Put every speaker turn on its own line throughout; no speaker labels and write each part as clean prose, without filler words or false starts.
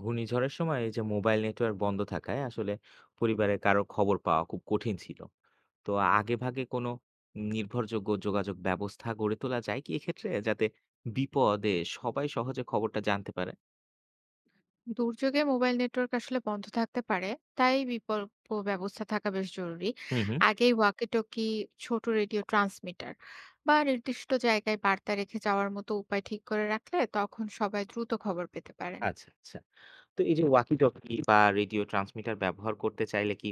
ঘূর্ণিঝড়ের সময় এই যে মোবাইল নেটওয়ার্ক বন্ধ থাকায় আসলে পরিবারের কারো খবর পাওয়া খুব কঠিন ছিল। তো আগে ভাগে কোনো নির্ভরযোগ্য যোগাযোগ ব্যবস্থা গড়ে তোলা যায় কি এক্ষেত্রে, যাতে বিপদে সবাই সহজে খবরটা জানতে পারে?
দুর্যোগে মোবাইল নেটওয়ার্ক আসলে বন্ধ থাকতে পারে। তাই বিকল্প ব্যবস্থা থাকা বেশ জরুরি।
হুম, হুম।
আগেই ওয়াকি টকি, ছোট রেডিও ট্রান্সমিটার বা নির্দিষ্ট জায়গায় বার্তা রেখে যাওয়ার মতো উপায় ঠিক করে রাখলে তখন সবাই দ্রুত খবর পেতে পারেন।
আচ্ছা, আচ্ছা। তো এই যে ওয়াকি টকি বা রেডিও ট্রান্সমিটার ব্যবহার করতে চাইলে কি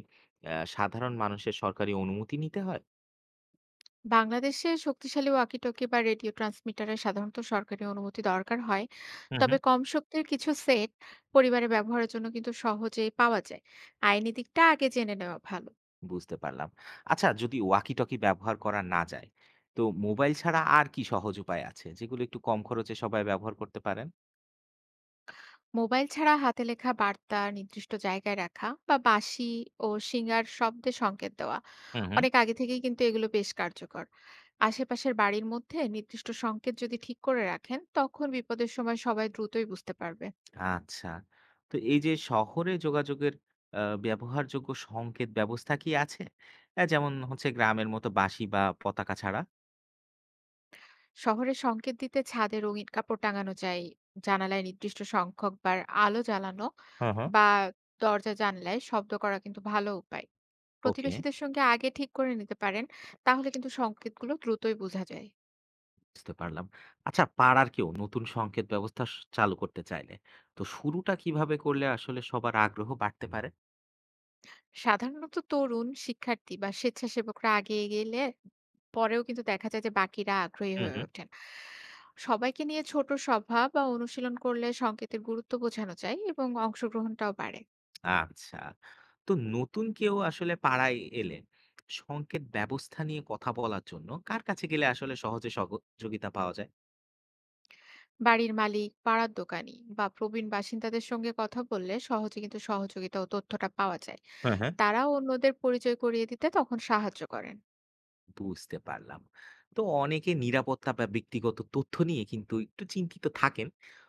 সাধারণ মানুষের সরকারি অনুমতি নিতে হয়?
বাংলাদেশে শক্তিশালী ওয়াকি টকি বা রেডিও ট্রান্সমিটারে সাধারণত সরকারি অনুমতি দরকার হয়।
হুম,
তবে
হুম।
কম শক্তির কিছু সেট পরিবারে ব্যবহারের জন্য কিন্তু সহজেই পাওয়া যায়। আইনি দিকটা আগে জেনে নেওয়া ভালো।
বুঝতে পারলাম। আচ্ছা, যদি ওয়াকিটকি ব্যবহার করা না যায়, তো মোবাইল ছাড়া আর কি সহজ উপায় আছে, যেগুলো একটু কম খরচে সবাই ব্যবহার করতে পারেন?
মোবাইল ছাড়া হাতে লেখা বার্তা নির্দিষ্ট জায়গায় রাখা বা বাঁশি ও শিঙার শব্দে সংকেত দেওয়া
হুম, হুম।
অনেক আগে থেকেই কিন্তু এগুলো বেশ কার্যকর। আশেপাশের বাড়ির মধ্যে নির্দিষ্ট সংকেত যদি ঠিক করে রাখেন তখন বিপদের সময় সবাই দ্রুতই বুঝতে পারবে।
আচ্ছা। তো এই যে শহরে যোগাযোগের আ ব্যবহারযোগ্য সংকেত ব্যবস্থা কি আছে? যেমন হচ্ছে গ্রামের মতো বাঁশি বা পতাকা ছাড়া?
শহরে সংকেত দিতে ছাদে রঙিন কাপড় টাঙানো যায়, জানালায় নির্দিষ্ট সংখ্যক বার আলো জ্বালানো
হুম, হুম।
বা দরজা জানলায় শব্দ করা কিন্তু ভালো উপায়।
ওকে,
প্রতিবেশীদের সঙ্গে আগে ঠিক করে নিতে পারেন, তাহলে কিন্তু সংকেতগুলো দ্রুতই বোঝা যায়।
বুঝতে পারলাম। আচ্ছা, পাড়ার কেউ নতুন সংকেত ব্যবস্থা চালু করতে চাইলে, তো শুরুটা কিভাবে করলে আসলে সবার আগ্রহ বাড়তে পারে?
সাধারণত তরুণ শিক্ষার্থী বা স্বেচ্ছাসেবকরা আগে গেলে পরেও কিন্তু দেখা যায় যে বাকিরা আগ্রহী
হুম,
হয়ে
হুম।
ওঠেন। সবাইকে নিয়ে ছোট সভা বা অনুশীলন করলে সংকেতের গুরুত্ব বোঝানো যায় এবং অংশগ্রহণটাও বাড়ে।
আচ্ছা। তো নতুন কেউ আসলে পাড়ায় এলে সংকেত ব্যবস্থা নিয়ে কথা বলার জন্য কার কাছে গেলে আসলে সহজে সহযোগিতা পাওয়া যায়?
বাড়ির মালিক, পাড়ার দোকানি বা প্রবীণ বাসিন্দাদের সঙ্গে কথা বললে সহজে কিন্তু সহযোগিতা ও তথ্যটা পাওয়া যায়।
হ্যাঁ, হ্যাঁ।
তারাও অন্যদের পরিচয় করিয়ে দিতে তখন সাহায্য করেন।
বুঝতে পারলাম। তো অনেকে নিরাপত্তা বা ব্যক্তিগত তথ্য নিয়ে কিন্তু একটু চিন্তিত থাকেন।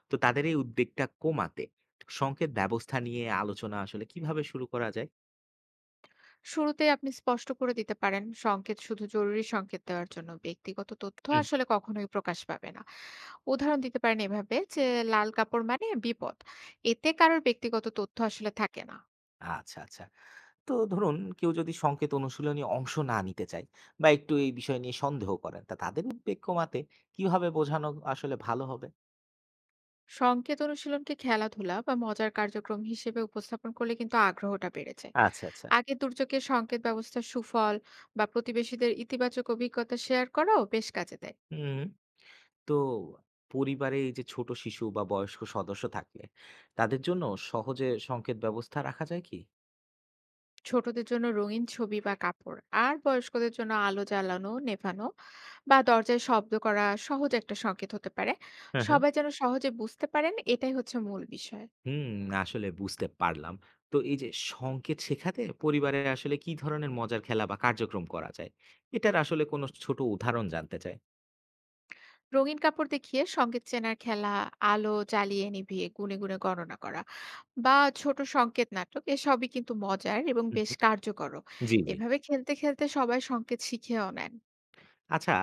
তো তাদের এই উদ্বেগটা কমাতে সংকেত ব্যবস্থা নিয়ে আলোচনা আসলে কিভাবে শুরু করা যায়?
শুরুতে আপনি স্পষ্ট করে দিতে পারেন সংকেত শুধু জরুরি সংকেত দেওয়ার জন্য, ব্যক্তিগত তথ্য
হুম।
আসলে কখনোই প্রকাশ পাবে না। উদাহরণ দিতে পারেন এভাবে যে লাল কাপড় মানে বিপদ, এতে কারোর ব্যক্তিগত তথ্য আসলে থাকে না।
আচ্ছা, আচ্ছা। তো ধরুন কেউ যদি সংকেত অনুশীলনী অংশ না নিতে চায় বা একটু এই বিষয় নিয়ে সন্দেহ করেন, তা তাদের উদ্বেগ কমাতে কিভাবে বোঝানো আসলে ভালো হবে?
সংকেত অনুশীলনকে খেলাধুলা বা মজার কার্যক্রম হিসেবে উপস্থাপন করলে কিন্তু আগ্রহটা বেড়েছে।
আচ্ছা, আচ্ছা।
আগে দুর্যোগের সংকেত ব্যবস্থার সুফল বা প্রতিবেশীদের ইতিবাচক অভিজ্ঞতা শেয়ার করাও বেশ কাজে দেয়।
হুম। তো পরিবারে এই যে ছোট শিশু বা বয়স্ক সদস্য থাকলে তাদের জন্য সহজে সংকেত ব্যবস্থা রাখা যায় কি?
ছোটদের জন্য রঙিন ছবি বা কাপড়, আর বয়স্কদের জন্য আলো জ্বালানো নেভানো বা দরজায় শব্দ করা সহজ একটা সংকেত হতে পারে।
হ্যাঁ, হ্যাঁ।
সবাই যেন সহজে বুঝতে পারেন, এটাই হচ্ছে মূল বিষয়।
হুম। আসলে বুঝতে পারলাম। তো এই যে সংকেত শেখাতে পরিবারে আসলে কি ধরনের মজার খেলা বা কার্যক্রম করা যায়, এটার আসলে কোনো ছোট উদাহরণ জানতে চাই।
রঙিন কাপড় দেখিয়ে সংকেত চেনার খেলা, আলো জ্বালিয়ে নিভিয়ে গুণে গুণে গণনা করা বা ছোট সংকেত নাটক এসবই কিন্তু মজার এবং
হুম,
বেশ
হুম।
কার্যকরও।
জি, জি।
এভাবে খেলতে খেলতে সবাই সংকেত শিখেও নেন।
আচ্ছা,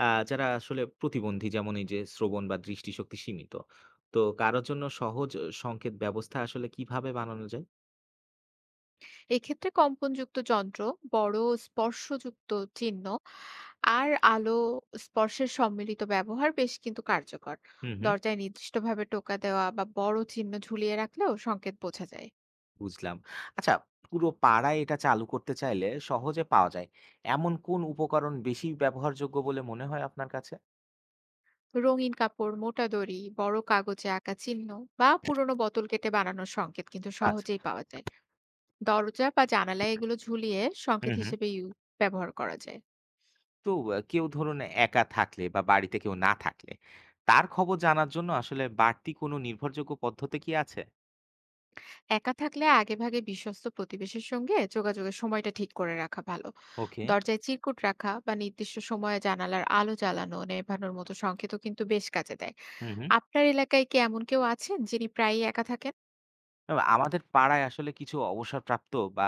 আ যারা আসলে প্রতিবন্ধী যেমন এই যে শ্রবণ বা দৃষ্টিশক্তি সীমিত, তো কারো জন্য সহজ সংকেত ব্যবস্থা আসলে কিভাবে বানানো যায়?
এক্ষেত্রে কম্পনযুক্ত যন্ত্র, বড় স্পর্শযুক্ত চিহ্ন আর আলো স্পর্শের সম্মিলিত ব্যবহার বেশ কিন্তু কার্যকর।
হুম, হুম।
দরজায় নির্দিষ্টভাবে টোকা দেওয়া বা বড় চিহ্ন ঝুলিয়ে রাখলেও সংকেত বোঝা যায়।
বুঝলাম। আচ্ছা, পুরো পাড়ায় এটা চালু করতে চাইলে সহজে পাওয়া যায় এমন কোন উপকরণ বেশি ব্যবহারযোগ্য বলে মনে হয় আপনার কাছে?
রঙিন কাপড়, মোটা দড়ি, বড় কাগজে আঁকা চিহ্ন বা পুরনো বোতল কেটে বানানোর সংকেত কিন্তু
আচ্ছা।
সহজেই পাওয়া যায়। দরজা বা জানালায় এগুলো ঝুলিয়ে
হুম,
সংকেত
হুম।
হিসেবে ব্যবহার করা যায়।
তো কেউ ধরুন একা থাকলে বা বাড়িতে কেউ না থাকলে তার খবর জানার জন্য আসলে বাড়তি কোনো নির্ভরযোগ্য পদ্ধতি কি আছে?
একা থাকলে আগেভাগে বিশ্বস্ত প্রতিবেশীর সঙ্গে যোগাযোগের সময়টা ঠিক করে রাখা ভালো।
ওকে।
দরজায় চিরকুট রাখা বা নির্দিষ্ট সময়ে জানালার আলো জ্বালানো নেভানোর মতো সংকেতও কিন্তু বেশ কাজে দেয়।
হুম, হুম।
আপনার এলাকায় কি এমন কেউ আছেন যিনি প্রায়ই একা থাকেন?
না, না, আমাদের পাড়ায় আসলে কিছু অবসরপ্রাপ্ত বা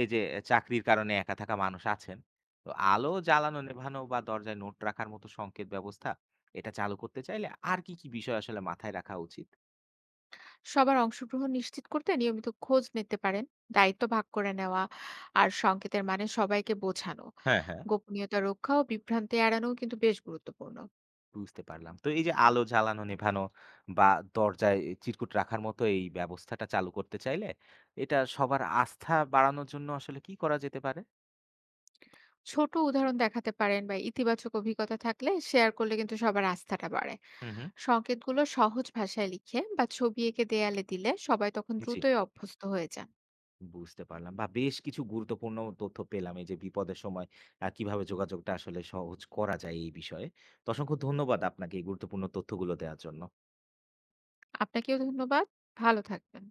এই যে চাকরির কারণে একা থাকা মানুষ আছেন। তো আলো জ্বালানো, নেভানো বা দরজায় নোট রাখার মতো সংকেত ব্যবস্থা, এটা চালু করতে চাইলে আর কি কি বিষয় আসলে মাথায় রাখা উচিত?
সবার অংশগ্রহণ নিশ্চিত করতে নিয়মিত খোঁজ নিতে পারেন, দায়িত্ব ভাগ করে নেওয়া আর সংকেতের মানে সবাইকে বোঝানো,
হ্যাঁ, হ্যাঁ।
গোপনীয়তা রক্ষা ও বিভ্রান্তি এড়ানো কিন্তু বেশ গুরুত্বপূর্ণ।
বুঝতে পারলাম। তো এই যে আলো জ্বালানো, নেভানো বা দরজায় চিরকুট রাখার মতো এই ব্যবস্থাটা চালু করতে চাইলে এটা সবার আস্থা বাড়ানোর জন্য আসলে কি করা যেতে পারে?
ছোট উদাহরণ দেখাতে পারেন বা ইতিবাচক অভিজ্ঞতা থাকলে শেয়ার করলে কিন্তু সবার আস্থাটা বাড়ে।
হুম, হুম।
সংকেতগুলো সহজ ভাষায় লিখে বা ছবি এঁকে দেয়ালে দিলে সবাই তখন
জি।
দ্রুতই অভ্যস্ত হয়ে যান।
বুঝতে পারলাম। বাহ! বেশ কিছু গুরুত্বপূর্ণ তথ্য পেলাম এই যে বিপদের সময় কিভাবে যোগাযোগটা আসলে সহজ করা যায় এই বিষয়ে। তো অসংখ্য ধন্যবাদ আপনাকে এই গুরুত্বপূর্ণ তথ্যগুলো দেওয়ার জন্য।
আপনাকেও ধন্যবাদ। ভালো থাকবেন।